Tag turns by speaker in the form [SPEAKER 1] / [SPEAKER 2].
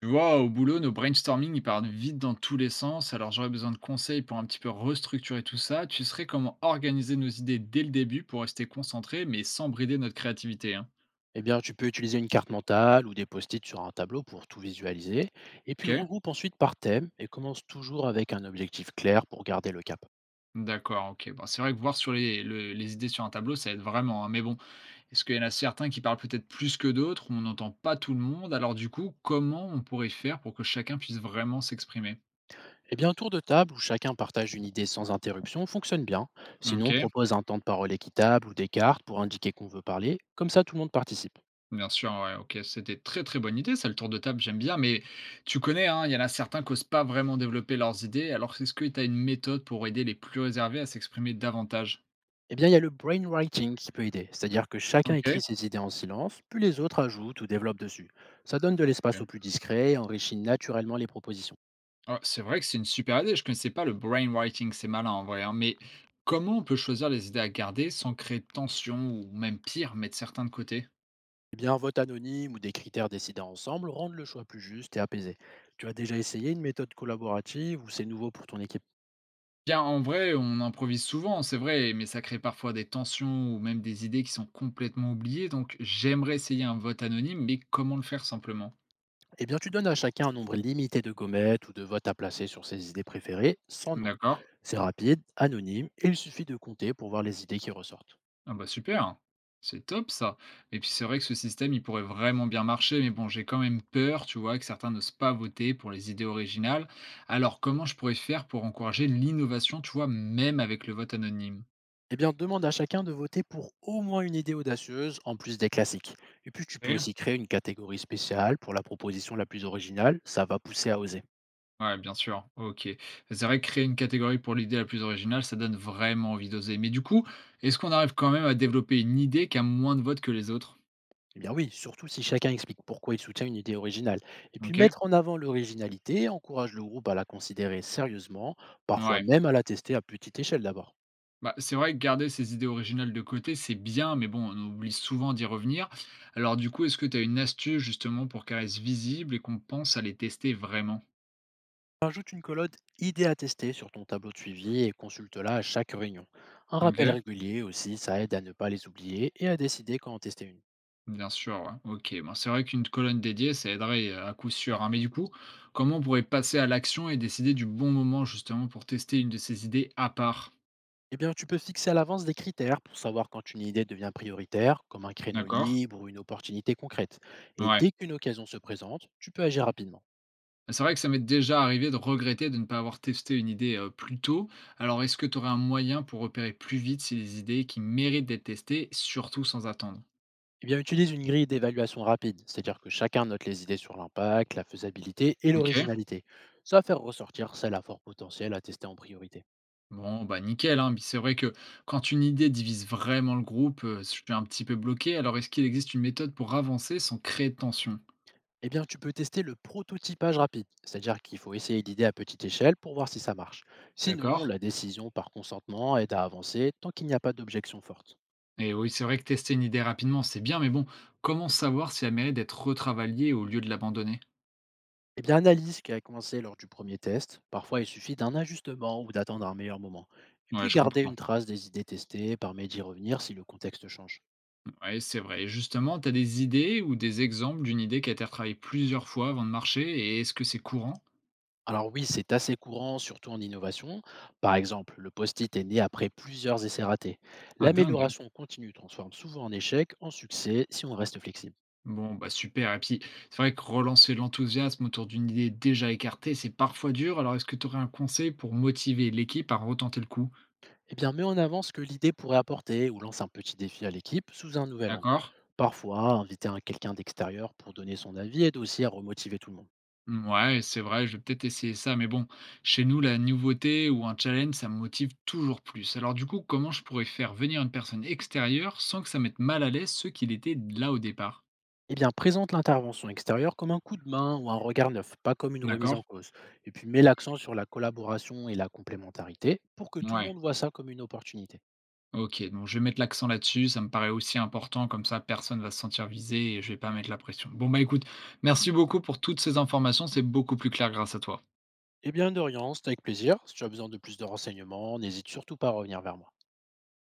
[SPEAKER 1] Tu vois, au boulot, nos brainstorming, ils partent vite dans tous les sens. Alors j'aurais besoin de conseils pour un petit peu restructurer tout ça. Tu serais comment organiser nos idées dès le début pour rester concentrés, mais sans brider notre créativité, hein.
[SPEAKER 2] Eh bien, tu peux utiliser une carte mentale ou des post-it sur un tableau pour tout visualiser, et puis
[SPEAKER 1] Ok?
[SPEAKER 2] regroupe ensuite par thème et commence toujours avec un objectif clair pour garder le cap.
[SPEAKER 1] D'accord, ok. Bon, c'est vrai que voir sur les idées sur un tableau, ça aide vraiment, hein. Mais bon, est-ce qu'il y en a certains qui parlent peut-être plus que d'autres? On n'entend pas tout le monde. Alors du coup, comment on pourrait faire pour que chacun puisse vraiment s'exprimer?
[SPEAKER 2] Eh bien, un tour de table où chacun partage une idée sans interruption fonctionne bien. Sinon,
[SPEAKER 1] Ok.
[SPEAKER 2] on propose un temps de parole équitable ou des cartes pour indiquer qu'on veut parler, comme ça tout le monde participe.
[SPEAKER 1] Bien sûr, ouais, ok. C'était très, très bonne idée, ça, le tour de table, j'aime bien, mais tu connais, hein, il y en a certains qui osent pas vraiment développer leurs idées, alors est-ce que tu as une méthode pour aider les plus réservés à s'exprimer davantage?
[SPEAKER 2] Eh bien, il y a le brainwriting qui peut aider, c'est-à-dire que chacun écrit
[SPEAKER 1] OK,
[SPEAKER 2] ses idées en silence, puis les autres ajoutent ou développent dessus. Ça donne de l'espace
[SPEAKER 1] ok.
[SPEAKER 2] aux plus discrets et enrichit naturellement les propositions.
[SPEAKER 1] Ah, c'est vrai que c'est une super idée, je ne connaissais pas le brainwriting, c'est malin en vrai, hein, mais comment on peut choisir les idées à garder sans créer de tension ou même pire, mettre certains de côté?
[SPEAKER 2] Eh bien, un vote anonyme ou des critères décidés ensemble rendent le choix plus juste et apaisé. Tu as déjà essayé une méthode collaborative ou c'est nouveau pour ton équipe?
[SPEAKER 1] Bien, en vrai, on improvise souvent, c'est vrai, mais ça crée parfois des tensions ou même des idées qui sont complètement oubliées, donc j'aimerais essayer un vote anonyme, mais comment le faire simplement?
[SPEAKER 2] Eh bien, tu donnes à chacun un nombre limité de gommettes ou de votes à placer sur ses idées préférées, sans nom.
[SPEAKER 1] D'accord.
[SPEAKER 2] C'est rapide, anonyme et il suffit de compter pour voir les idées qui ressortent.
[SPEAKER 1] Ah bah super, c'est top ça. Et puis c'est vrai que ce système, il pourrait vraiment bien marcher, mais bon, j'ai quand même peur, tu vois, que certains n'osent pas voter pour les idées originales. Alors comment je pourrais faire pour encourager l'innovation, tu vois, même avec le vote anonyme?
[SPEAKER 2] Eh bien, demande à chacun de voter pour au moins une idée audacieuse, en plus des classiques. Et puis, tu peux
[SPEAKER 1] Oui.
[SPEAKER 2] aussi créer une catégorie spéciale pour la proposition la plus originale, ça va pousser à oser.
[SPEAKER 1] Ouais, bien sûr. Ok. C'est vrai que créer une catégorie pour l'idée la plus originale, ça donne vraiment envie d'oser. Mais du coup, est-ce qu'on arrive quand même à développer une idée qui a moins de votes que les autres?
[SPEAKER 2] Eh bien oui, surtout si chacun explique pourquoi il soutient une idée originale. Et puis
[SPEAKER 1] Ok?
[SPEAKER 2] mettre en avant l'originalité encourage le groupe à la considérer sérieusement, parfois
[SPEAKER 1] Ouais.
[SPEAKER 2] même à la tester à petite échelle d'abord.
[SPEAKER 1] Bah, c'est vrai que garder ses idées originales de côté, c'est bien, mais bon, on oublie souvent d'y revenir. Alors du coup, est-ce que tu as une astuce justement pour qu'elles restent visibles et qu'on pense à les tester vraiment?
[SPEAKER 2] Ajoute une colonne idée à tester sur ton tableau de suivi et consulte-la à chaque réunion. Un
[SPEAKER 1] OK,
[SPEAKER 2] rappel régulier aussi, ça aide à ne pas les oublier et à décider quand en tester une.
[SPEAKER 1] bien sûr, ouais. OK. Bon, c'est vrai qu'une colonne dédiée, ça aiderait à coup sûr, hein. Mais du coup, comment on pourrait passer à l'action et décider du bon moment justement pour tester une de ces idées à part?
[SPEAKER 2] Eh bien, tu peux fixer à l'avance des critères pour savoir quand une idée devient prioritaire, comme un créneau
[SPEAKER 1] D'accord?
[SPEAKER 2] libre ou une opportunité concrète. Et
[SPEAKER 1] Ouais.
[SPEAKER 2] dès qu'une occasion se présente, tu peux agir rapidement.
[SPEAKER 1] C'est vrai que ça m'est déjà arrivé de regretter de ne pas avoir testé une idée, plus tôt. Alors est-ce que tu aurais un moyen pour repérer plus vite si les idées qui méritent d'être testées, surtout sans attendre?
[SPEAKER 2] Eh bien, utilise une grille d'évaluation rapide, c'est-à-dire que chacun note les idées sur l'impact, la faisabilité et
[SPEAKER 1] OK.
[SPEAKER 2] l'originalité. Ça va faire ressortir celles à fort potentiel à tester en priorité.
[SPEAKER 1] Bon, bah, nickel, hein. Puis c'est vrai que quand une idée divise vraiment le groupe, je suis un petit peu bloqué. Alors est-ce qu'il existe une méthode pour avancer sans créer de tension?
[SPEAKER 2] Eh bien, tu peux tester le prototypage rapide, c'est-à-dire qu'il faut essayer l'idée à petite échelle pour voir si ça marche. Sinon,
[SPEAKER 1] D'accord.
[SPEAKER 2] la décision par consentement aide à avancer tant qu'il n'y a pas d'objection forte.
[SPEAKER 1] Et oui, c'est vrai que tester une idée rapidement, c'est bien, mais bon, comment savoir si elle mérite d'être retravaillée au lieu de l'abandonner?
[SPEAKER 2] Eh bien, analyse qui a commencé lors du premier test. Parfois, il suffit d'un ajustement ou d'attendre un meilleur moment. Et
[SPEAKER 1] Ouais,
[SPEAKER 2] puis,
[SPEAKER 1] je
[SPEAKER 2] garder
[SPEAKER 1] comprends.
[SPEAKER 2] une trace des idées testées, permet d'y revenir si le contexte change.
[SPEAKER 1] Oui, c'est vrai. Et justement, tu as des idées ou des exemples d'une idée qui a été retravaillée plusieurs fois avant de marcher et est-ce que c'est courant?
[SPEAKER 2] Alors oui, c'est assez courant, surtout en innovation. Par exemple, le post-it est né après plusieurs essais ratés.
[SPEAKER 1] Ah, dingue.
[SPEAKER 2] L'amélioration continue transforme souvent en échec, en succès, si on reste flexible.
[SPEAKER 1] Bon, bah super. Et puis, c'est vrai que relancer l'enthousiasme autour d'une idée déjà écartée, c'est parfois dur. Alors, est-ce que tu aurais un conseil pour motiver l'équipe à retenter le coup?
[SPEAKER 2] Eh bien, mets en avant ce que l'idée pourrait apporter ou lance un petit défi à l'équipe sous un nouvel angle.
[SPEAKER 1] D'accord?
[SPEAKER 2] Parfois, inviter quelqu'un d'extérieur pour donner son avis aide aussi à remotiver tout le monde.
[SPEAKER 1] Mmh, ouais, c'est vrai, je vais peut-être essayer ça, mais bon, chez nous, la nouveauté ou un challenge, ça me motive toujours plus. Alors du coup, comment je pourrais faire venir une personne extérieure sans que ça mette mal à l'aise ceux qui l'étaient là au départ?
[SPEAKER 2] Eh bien, présente l'intervention extérieure comme un coup de main ou un regard neuf, pas comme une remise
[SPEAKER 1] D'accord?
[SPEAKER 2] en cause. Et puis, mets l'accent sur la collaboration et la complémentarité pour que tout le
[SPEAKER 1] Ouais.
[SPEAKER 2] monde voit ça comme une opportunité.
[SPEAKER 1] OK, donc je vais mettre l'accent là-dessus, ça me paraît aussi important, comme ça personne va se sentir visé et je vais pas mettre la pression. Bon, bah, écoute, merci beaucoup pour toutes ces informations, c'est beaucoup plus clair grâce à toi.
[SPEAKER 2] Eh bien, Dorian, c'était avec plaisir. Si tu as besoin de plus de renseignements, n'hésite surtout pas à revenir vers moi.